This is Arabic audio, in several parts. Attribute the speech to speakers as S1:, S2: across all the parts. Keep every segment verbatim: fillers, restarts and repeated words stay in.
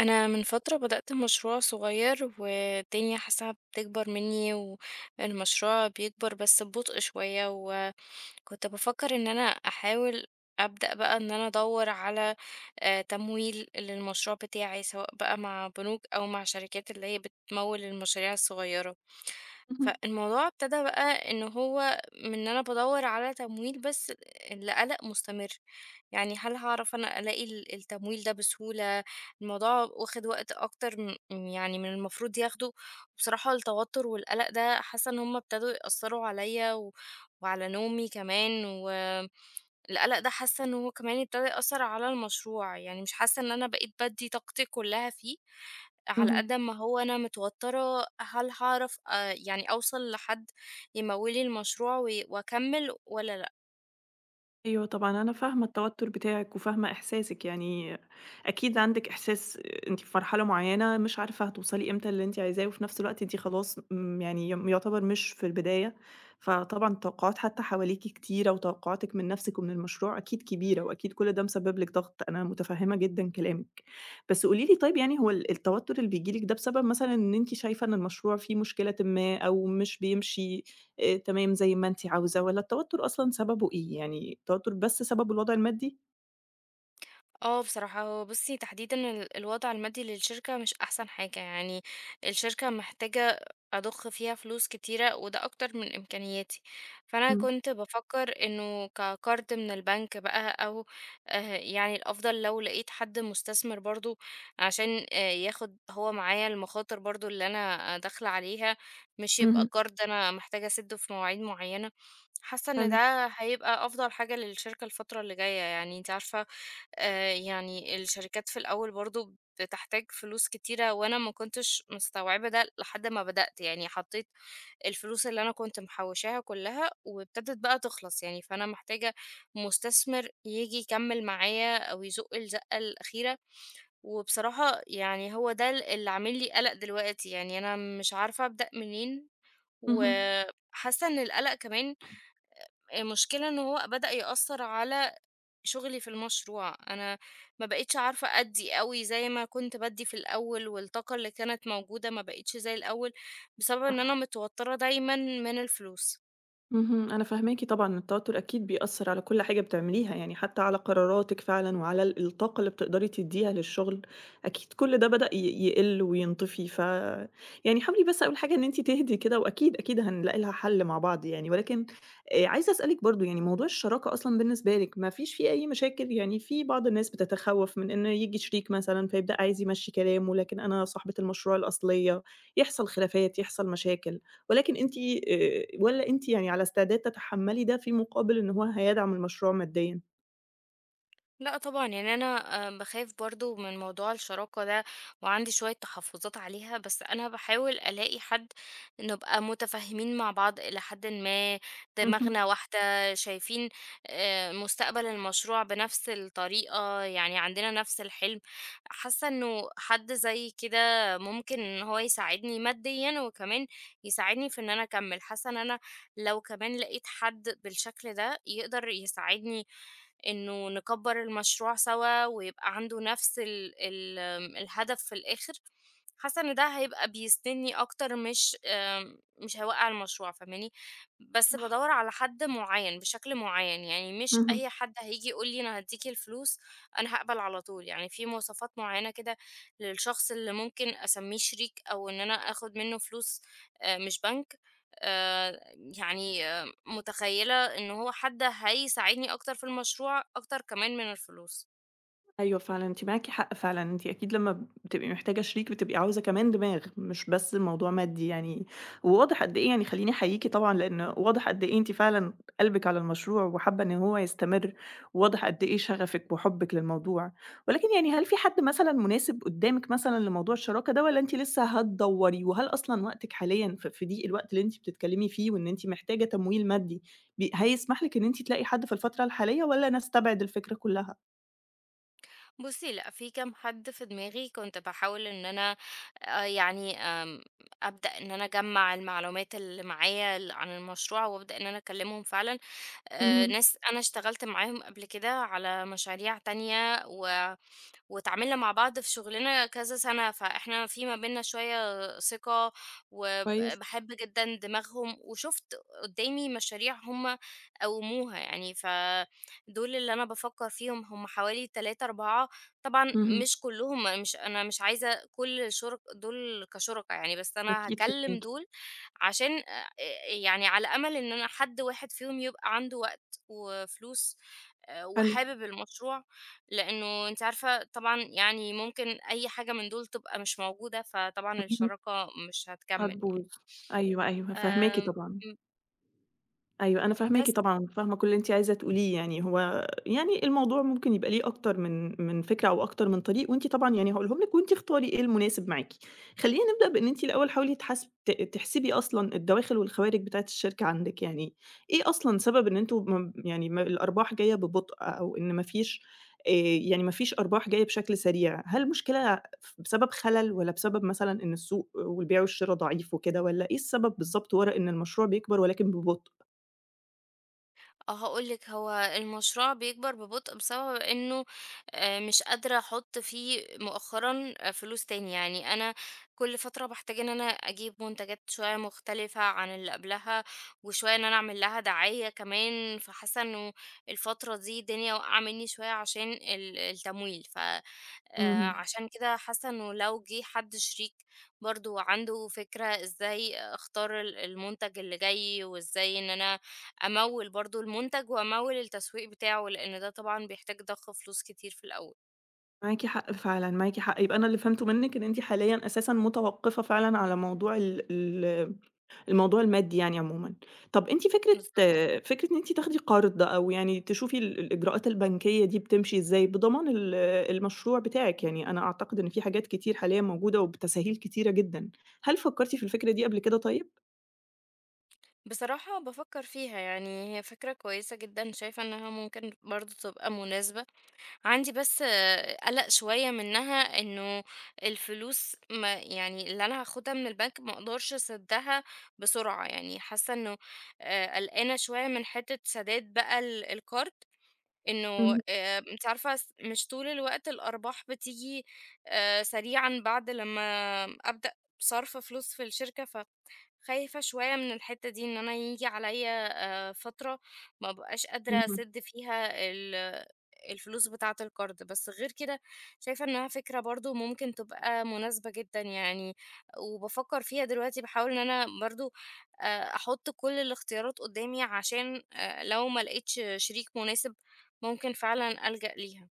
S1: أنا من فترة بدأت مشروع صغير، والدنيا حاساها بتكبر مني، والمشروع بيكبر بس ببطء شوية. وكنت بفكر إن أنا أحاول أبدأ بقى إن أنا أدور على آه، تمويل للمشروع بتاعي، سواء بقى مع بنوك أو مع شركات اللي هي بتمول المشاريع الصغيرة.
S2: اهم،
S1: فالموضوع ابتدى بقى إن هو من إن أنا بدور على تمويل بس لقلق مستمر. يعني هل هعرف أنا ألاقي ال- التمويل ده بسهولة؟ الموضوع واخد وقت أكتر م يعني من المفروض ياخده، وبصراحة التوتر والقلق ده حاسة إن هُم ابتدوا يأثّروا عليَّ و وعلى نومي كمان، والقلق ده حاسة إن هو كمان ابتدى يأثّر على المشروع. يعني مش حاسة إن أنا بقيت بادّي طاقتي كلّها فيه، على قد
S2: اهم.
S1: ما هو أنا متوترة. هل هاعرف آآ يعني أوصل لحد يموّل لي المشروع وي وأكمّل والّا لأ؟
S2: أيوه طبعًا، أنا فاهمة التوتُّر بتاعِك وفاهمة إحساسِك، يعني أكيد عندِك إحساس أنتِ في مرحلة معيّنة مش عارفة هتوصلي إمتى للي أنتِ عايزاه، وفي نفس الوقت أنتِ خلاص امم، يعني ي يُعتبر مش في البداية، فطبعًا التوقعات حتى حواليكِ كتيرة، وتوقعاتِك من نفسِك ومن المشروع أكيد كبيرة، وأكيد كل ده مسبب لِك ضغط، أنا متفهمة جدًا كلامِك. بس قولي لي طيب يعني هو ال التوتُّر اللي بييجي لِك ده بسبب مثلًا إن أنتِ شايفة إن المشروع فيه مشكلةٍ ما، أو مش بيمشي آآ تمام زي ما أنتِ عاوزة، والّا التوتر أصلًا سببه إيه؟ يعني التوتر بس سببه الوضع المادي؟
S1: آه بصراحة هو بُصّي تحديدًا ال الوضع المادي للشركة مش أحسن حاجة. يعني الشركة محتاجة أضخ فيها فلوس كتيرة، وده أكتر من إمكانياتي. فأنا
S2: إمم،
S1: كنت بافكّر إنه كقرض من البنك بقى، أو آآ يعني الأفضل لو لقيت حد مستثمر برضه، عشان آآ ياخد هو معايا المخاطر برضه اللي أنا داخلة عليها. مش يبقى
S2: اهم،
S1: قرض أنا محتاجة أسدّه في مواعيد معيّنة. حاسة إن
S2: حلو،
S1: ده هيبقى أفضل حاجة للشركة الفترة اللي جاية، يعني أنتِ عارفة. آآ، يعني الشركات في الأول برضه بتحتاج فلوس كتيرة، وأنا ما كنتش مستوعبة ده لحد ما بدأت. يعني حطيت الفلوس اللي أنا كنت محوشاها كلها، وابتدت بقى تخلص يعني. فأنا محتاجة مستثمر ييجي يكمل معايا، أو يزق الزقة الأخيرة. وبصراحة يعني هو ده ال اللي عامل لي قلق دلوقتي. يعني أنا مش عارفة أبدأ منين،
S2: اهم.
S1: وحاسة إن القلق كمان المشكلة إن هو بدأ يأثر على شغلي في المشروع. أنا ما بقيتش عارفة أدي أوي زي ما كنت بدي في الأول، والطاقة اللي كانت موجودة ما بقيتش زي الأول، بسبب إن أنا
S2: صح.
S1: متوترة دايما من الفلوس.
S2: اهم، أنا فاهماكِ طبعًا، التوتر أكيد بيأثّر على كل حاجة بتعمليها، يعني حتى على قراراتِك فعلًا وعلى ال الطاقة اللي بتقدري تدّيها للشغل، أكيد كل ده بدأ ي يقِل وينطفي، ف يعني حاولي بس أول حاجة إن أنتِ تهدي كده وأكيد، أكيد هنلاقي لها حل مع بعض يعني، ولكن آآ عايزة أسألِك برضه يعني موضوع الشراكة أصلًا بالنسبة لِك ما فيش فيه أي مشاكل؟ يعني في بعض الناس بتتخوّف من إن ييجي شريك مثلًا فيبدأ عايز يمشّي كلامه، لكن أنا صاحبة المشروع الأصلية، يحصل خلافات، يحصل مشاكل. ولكن أنتِ آآ والّا أنتِ يعني على استعداد تتحمّلي ده في مقابل إن هو هيدعم المشروع ماديًا؟
S1: لأ طبعًا، يعني أنا آآ باخاف برضه من موضوع الشراكة ده، وعندي شوية تحفظات عليها. بس أنا باحاول ألاقي حد نبقى متفاهمين مع بعض إلى حدٍ ما،
S2: اهم،
S1: دماغنا واحدة، شايفين آآ مستقبل المشروع بنفس الطريقة. يعني عندنا نفس الحلم. حاسة إنه حد زي كده ممكن إن هو يساعدني ماديًا، وكمان يساعدني في إن أنا أكمّل. حاسة إن أنا لو كمان لقيت حد بالشكل ده، يقدر يساعدني إنه نكبّر المشروع سوا، ويبقى عنده نفس ال ال آمم، الهدف في الآخر. حاسة إن ده هيبقى بيسندني أكتر، مش آمم، مش هيوقّع المشروع، فاهماني؟ بس
S2: صح،
S1: بادوّر على حد معيّن، بشكل معيّن. يعني مش
S2: اهم.
S1: أي حد هييجي يقول لي أنا هادّيكِ الفلوس أنا هاقبل على طول. يعني في مواصفات معيّنة كده للشخص اللي ممكن أسمّيه شريك، أو إن أنا آخُد منّه فلوس، آآ مش بنك. آآ يعني متخيلة إن هو حد هيساعدني أكتر في المشروع، أكتر كمان من الفلوس.
S2: أيوه فعلًا، أنتِ معاكِ حق فعلًا، أنتِ أكيد لمّا بتبقي محتاجة شريك بتبقي عاوزة كمان دماغ، مش بس الموضوع مادي يعني، وواضح قد إيه يعني خلّيني أحييكِ طبعًا لإن واضح قد إيه أنتِ فعلًا قلبِك على المشروع وحابة إن هو يستمر، وواضح قد إيه شغفِك وحُبِّك للموضوع، ولكن يعني هل في حد مثلًا مناسب قدّامِك مثلًا لموضوع الشراكة ده والّا أنتِ لسه هتدوّري؟ وهل أصلًا وقتِك حاليًا في في ضيق الوقت اللي أنتِ بتتكلمي فيه وإن أنتِ محتاجة تمويل مادي، بي هيسمح لِك إن أنتِ تلاقي حد في الفترة الحالية والّا نستبعد الفكرة كلّها؟
S1: بُصّي لأ، في كام حد في دماغي كنت باحاول إن أنا آآ يعني آمم أبدأ إن أنا أجمّع المعلومات اللي معايا ال عن المشروع، وأبدأ إن أنا أكلّمهم فعلًا. آآ ناس أنا اشتغلت معاهم قبل كده على مشاريع تانية، و واتعاملنا مع بعض في شغلنا كذا سنة، فإحنا في ما بيننا شوية ثقة،
S2: كويس،
S1: وبحب جدًا دماغهم. وشُفت قدّامي مشاريع هم قوموها يعني. فدول اللي أنا بافكّر فيهم هم حوالي تلاتة، أربعة. طبعًا
S2: اهم،
S1: مش كلّهم، مش أنا مش عايزة كل الشُرك دول كشُركا يعني، بس أنا
S2: أكيد
S1: هاكلّم
S2: فاهماكِ،
S1: دول، عشان آآ يعني على أمل إن أنا حد واحد فيهم يبقى عنده وقت وفلوس، آآ
S2: حلو،
S1: وحابب المشروع. لإنه أنتِ عارفة طبعًا يعني ممكن أي حاجة من دول تبقى مش موجودة، فطبعًا
S2: اهم،
S1: الشراكة مش هتكمّل يعني.
S2: هتبوظ، أيوه، أيوه، فاهماكِ
S1: آمم،
S2: طبعًا.
S1: م
S2: أيوه، أنا فاهماكِ
S1: بس
S2: طبعًا، فاهمة كل اللي أنتِ عايزة تقوليه يعني، هو يعني الموضوع ممكن يبقى ليه أكتر من من فكرة أو أكتر من طريق، وأنتِ طبعًا يعني هاقولهم لِك وأنتِ اختاري إيه المناسب معاكِ. خلّينا نبدأ بإن أنتِ الأول حاولي تحاس ت تحسبي أصلًا الدواخل والخوارج بتاعة الشركة عندِك، يعني إيه أصلًا سبب إن أنتم م يعني ما الأرباح جاية ببطء أو إن ما فيش آآ، يعني ما فيش أرباح جاية بشكل سريع؟ هل المشكلة ف بسبب خلل والّا بسبب مثلًا إن السوق والبيع والشرا ضعيف وكده والّا إيه السبب بالضبط ورا إن المشروع بيكبر ولكن ببطء؟
S1: آه، هاقول لِك هو المشروع بيكبر ببطء، بسبب إنه آآ، مش قادرة أحط فيه مؤخرًا آه، فلوس تاني. يعني أنا كل فترة باحتاج إن أنا أجيب منتجات شوية مختلفة عن اللي قبلها، وشوية إن أنا أعمل لها دعاية كمان. فحاسة إنه الفترة دي الدنيا واقعة مني شوية عشان ال التمويل، ف آآ،
S2: اهم.
S1: عشان كده حاسة إنه لو جه حد شريك برضه عنده فكرة إزاي أختار ال المنتج اللي جاي، وإزاي إن أنا أموِّل برضه المُنتَج وأموِّل التسويق بتاعه، لإن ده طبعًا بيحتاج ضخ فلوس كتير في الأول.
S2: معاكِ حق فعلًا، معاكِ حق. يبقى أنا اللي فهمته منِّك إن أنتِ حاليًا أساسًا متوقّفة فعلًا على موضوع ال ال الموضوع المادي يعني عمومًا. طَب أنتِ فكرة
S1: بالضبط.
S2: فكرة إن أنتِ تاخدي قرض أو يعني تشوفي ال الإجراءات البنكية دي بتمشي إزاي بضمان ال المشروع بتاعِك، يعني أنا أعتقد إن في حاجات كتير حاليًا موجودة وبتسهيل كتيرة جدًا. هل فكّرتِ في الفكرة دي قبل كده طيب؟
S1: بصراحة بافكّر فيها، يعني هي فكرة كويسة جدًا، شايفة إنها ممكن برضه تبقى مناسبة. عندي بس آه، قَلَق شوية منّها، إنه الفلوس ما يعني اللي أنا هاخدها من البنك ما أقدرش أسدّها بسرعة. يعني حاسّة إنه آآ قلقانة شوية من حتّة سداد بقى ال الكارد. إنه
S2: اهم،
S1: آآ أنتِ عارفة س مش طول الوقت الأرباح بتيجي آآ سريعًا بعد لمّا أبدأ صرف فلوس في الشركة. ف خايفة شوية من الحتّة دي، إن أنا ييجي عليَّ آآ فترة ما أبقاش قادرة
S2: اهم.
S1: أسِدّ فيها ال الفلوس بتاعة القرض. بس غير كده شايفة إنها فكرة برضه ممكن تبقى مناسبة جدًا يعني. وبافكّر فيها دلوقتي، باحاول إن أنا برضه آآ أحُطّ كل الاختيارات قدّامي، عشان آآ لو ما لقيتش شريك مناسب ممكن فعلًا ألجأ ليها.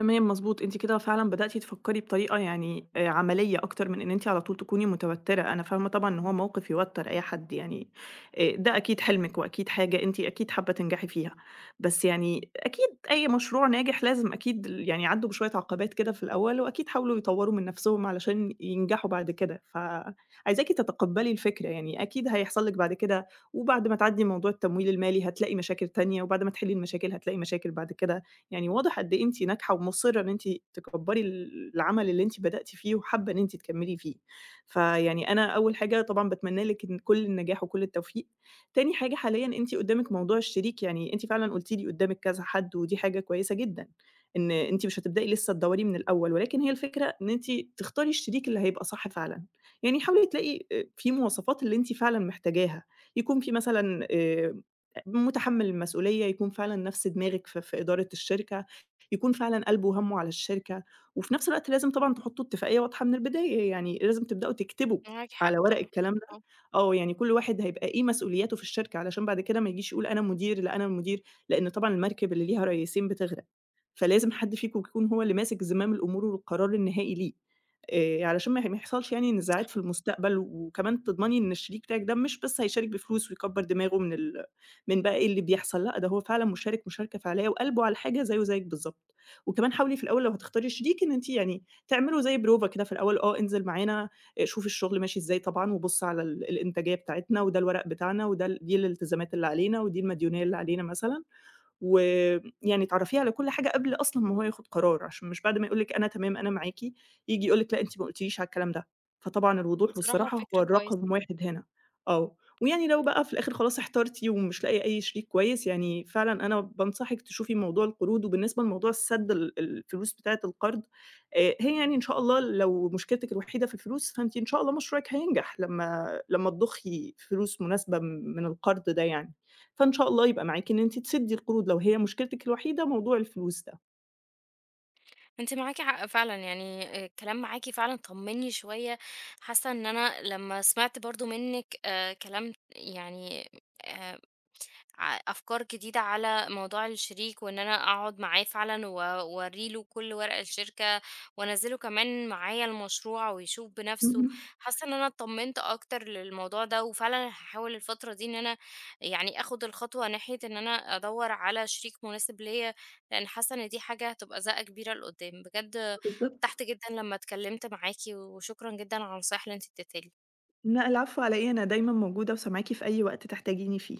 S2: تمام، مضبوط، أنتِ كده فعلًا بدأتِ تفكّري بطريقة يعني آآ عملية أكتر من إن أنتِ على طول تكوني متوتّرة، أنا فاهمة طبعًا إن هو موقف يوتّر أي حد يعني، آآ ده أكيد حلمِك وأكيد حاجة أنتِ أكيد حابة تنجحي فيها، بس يعني أكيد أي مشروع ناجح لازم أكيد ال يعني عدّوا بشوية عقبات كده في الأول وأكيد حاولوا يطوّروا من نَفْسهم علشان ينجحوا بعد كده، فعايزاكِ تتقبّلي الفكرة يعني أكيد هيحصل لِك بعد كده وبعد ما تعدّي موضوع التمويل المالي هتلاقي مشاكل تانية وبعد ما تحلّي المشاكل هتلاقي مشاكل بعد كده، يعني واضح قد إيه أنتِ ناجحة ومُصِّرة إن أنتِ تكبّري ال العمل اللي أنتِ بدأتِ فيه وحابة إن أنتِ تكمّلي فيه. فيعني أنا أول حاجة طبعًا باتمنى لِك إن كل النجاح وكل التوفيق. تاني حاجة حاليًا أنتِ قُدّامِك موضوع الشريك، يعني أنتِ فعلًا قُلتِ لي قُدّامِك كذا حد ودي حاجة كويسة جدًا، إن أنتِ مش هتبدئي لسه تدوّري من الأول، ولكن هي الفكرة إن أنتِ تختاري الشريك اللي هيبقى صح فعلًا. يعني حاولي تلاقي آآ في مواصفات اللي أنتِ فعلًا محتاجاها، يكون في مثلًا آآ متحمّل المسؤولية، يكون فعلًا نَفْس دماغِك في في إدارة الشركة، يكون فعلًا قلبه وهَمّه على الشركة، وفي نَفْس الوقت لازم طبعًا تحطّوا اتفاقية واضحة من البداية، يعني لازم تبدأوا تكتبوا
S1: معاك حق
S2: على ورق
S1: طبعًا،
S2: الكلام ده
S1: آه،
S2: آه، يعني كل واحد هيبقى إيه مسؤولياته في الشركة، علشان بعد كده ما يجيش يقول أنا مدير، لأ أنا المدير، لإن طبعًا المركب اللي ليها ريّسين بتغرق، فلازم حد فيكم يكون هو اللي ماسك زمام الأمور والقرار النهائي ليه، آآ علشان ما ي ما يحصلش يعني
S1: صح،
S2: نزاعات في المستقبل، وكمان تضمني إن الشريك بتاعِك ده مش بس هيشارك بفلوس ويكبّر دماغه من ال من بقى إيه اللي بيحصل، لأ ده هو فعلًا مشارك مشاركة فعلية وقلبه على الحاجة زيّه زيِّك بالضبط، وكمان حاولي في الأول لو هتختاري شريك إن أنتِ يعني تعملوا زي بروفة كده في الأول، آه انزل معانا آآ، شوف الشغل ماشي إزاي طبعًا، وبُص على ال الإنتاجية بتاعتنا، وده الورق بتاعنا، وده ال دي الالتزامات اللي علينا، ودي المديونية اللي علينا مثلًا. ويعني تعرّفيه على كل حاجة قبل أصلًا ما هو ياخُد قرار، عشان مش بعد ما يقول لِك أنا تمام، أنا معاكِ، ييجي يقول لِك لأ أنتِ ما قُلتيليش على الكلام ده، فطبعًا الوضوح
S1: بصراحة
S2: والصراحة هو
S1: فكرة كويسة.
S2: الرقم واحد هنا، آه، ويعني لو بقى في الآخِر خلاص احترتِ ومش لاقية أي شريك كويس، يعني فعلًا أنا بانصحِك تشوفي موضوع القروض، وبالنسبة لموضوع السَدّ ال الفلوس بتاعة القرض، آآ هي يعني إن شاء الله لو مشكلتِك الوحيدة في الفلوس، فأنتِ إن شاء الله مشروعِك هينجح لمّا لمّا تضخّي فلوس مناسبة من القرض ده يعني. فإن شاء الله يبقى معاكِ إن أنتِ تسدّي القروض، لو هي مشكلتِك الوحيدة موضوع الفلوس ده.
S1: أنتِ معاكِ حق فعلًا، يعني الكلام معاكِ فعلًا طمّني شوية. حاسة إن أنا لمّا سمعت برضه منِّك آآ كلام، يعني آآ ع أفكار جديدة على موضوع الشريك، وإن أنا أقعد معاه فعلًا وأورّي له كل ورق الشركة، وأنزّله كمان معايا المشروع ويشوف بنفسه.
S2: اهم،
S1: حاسة إن أنا اتطمنت أكتر للموضوع ده، وفعلًا هاحاول الفترة دي إن أنا يعني آخد الخطوة ناحية إن أنا أدوّر على شريك مناسب ليّا. لإن حاسة إن دي حاجة هتبقى زقة كبيرة لقدّام، بجد
S2: بالضبط.
S1: ارتحت جدًا لمّا اتكلمت معاكِ، وشكرًا جدًا على النصايح اللي أنتِ اديتها لي.
S2: لأ العفو على إيه، أنا دايمًا موجودة وسامعاكِ في أي وقت تحتاجيني فيه.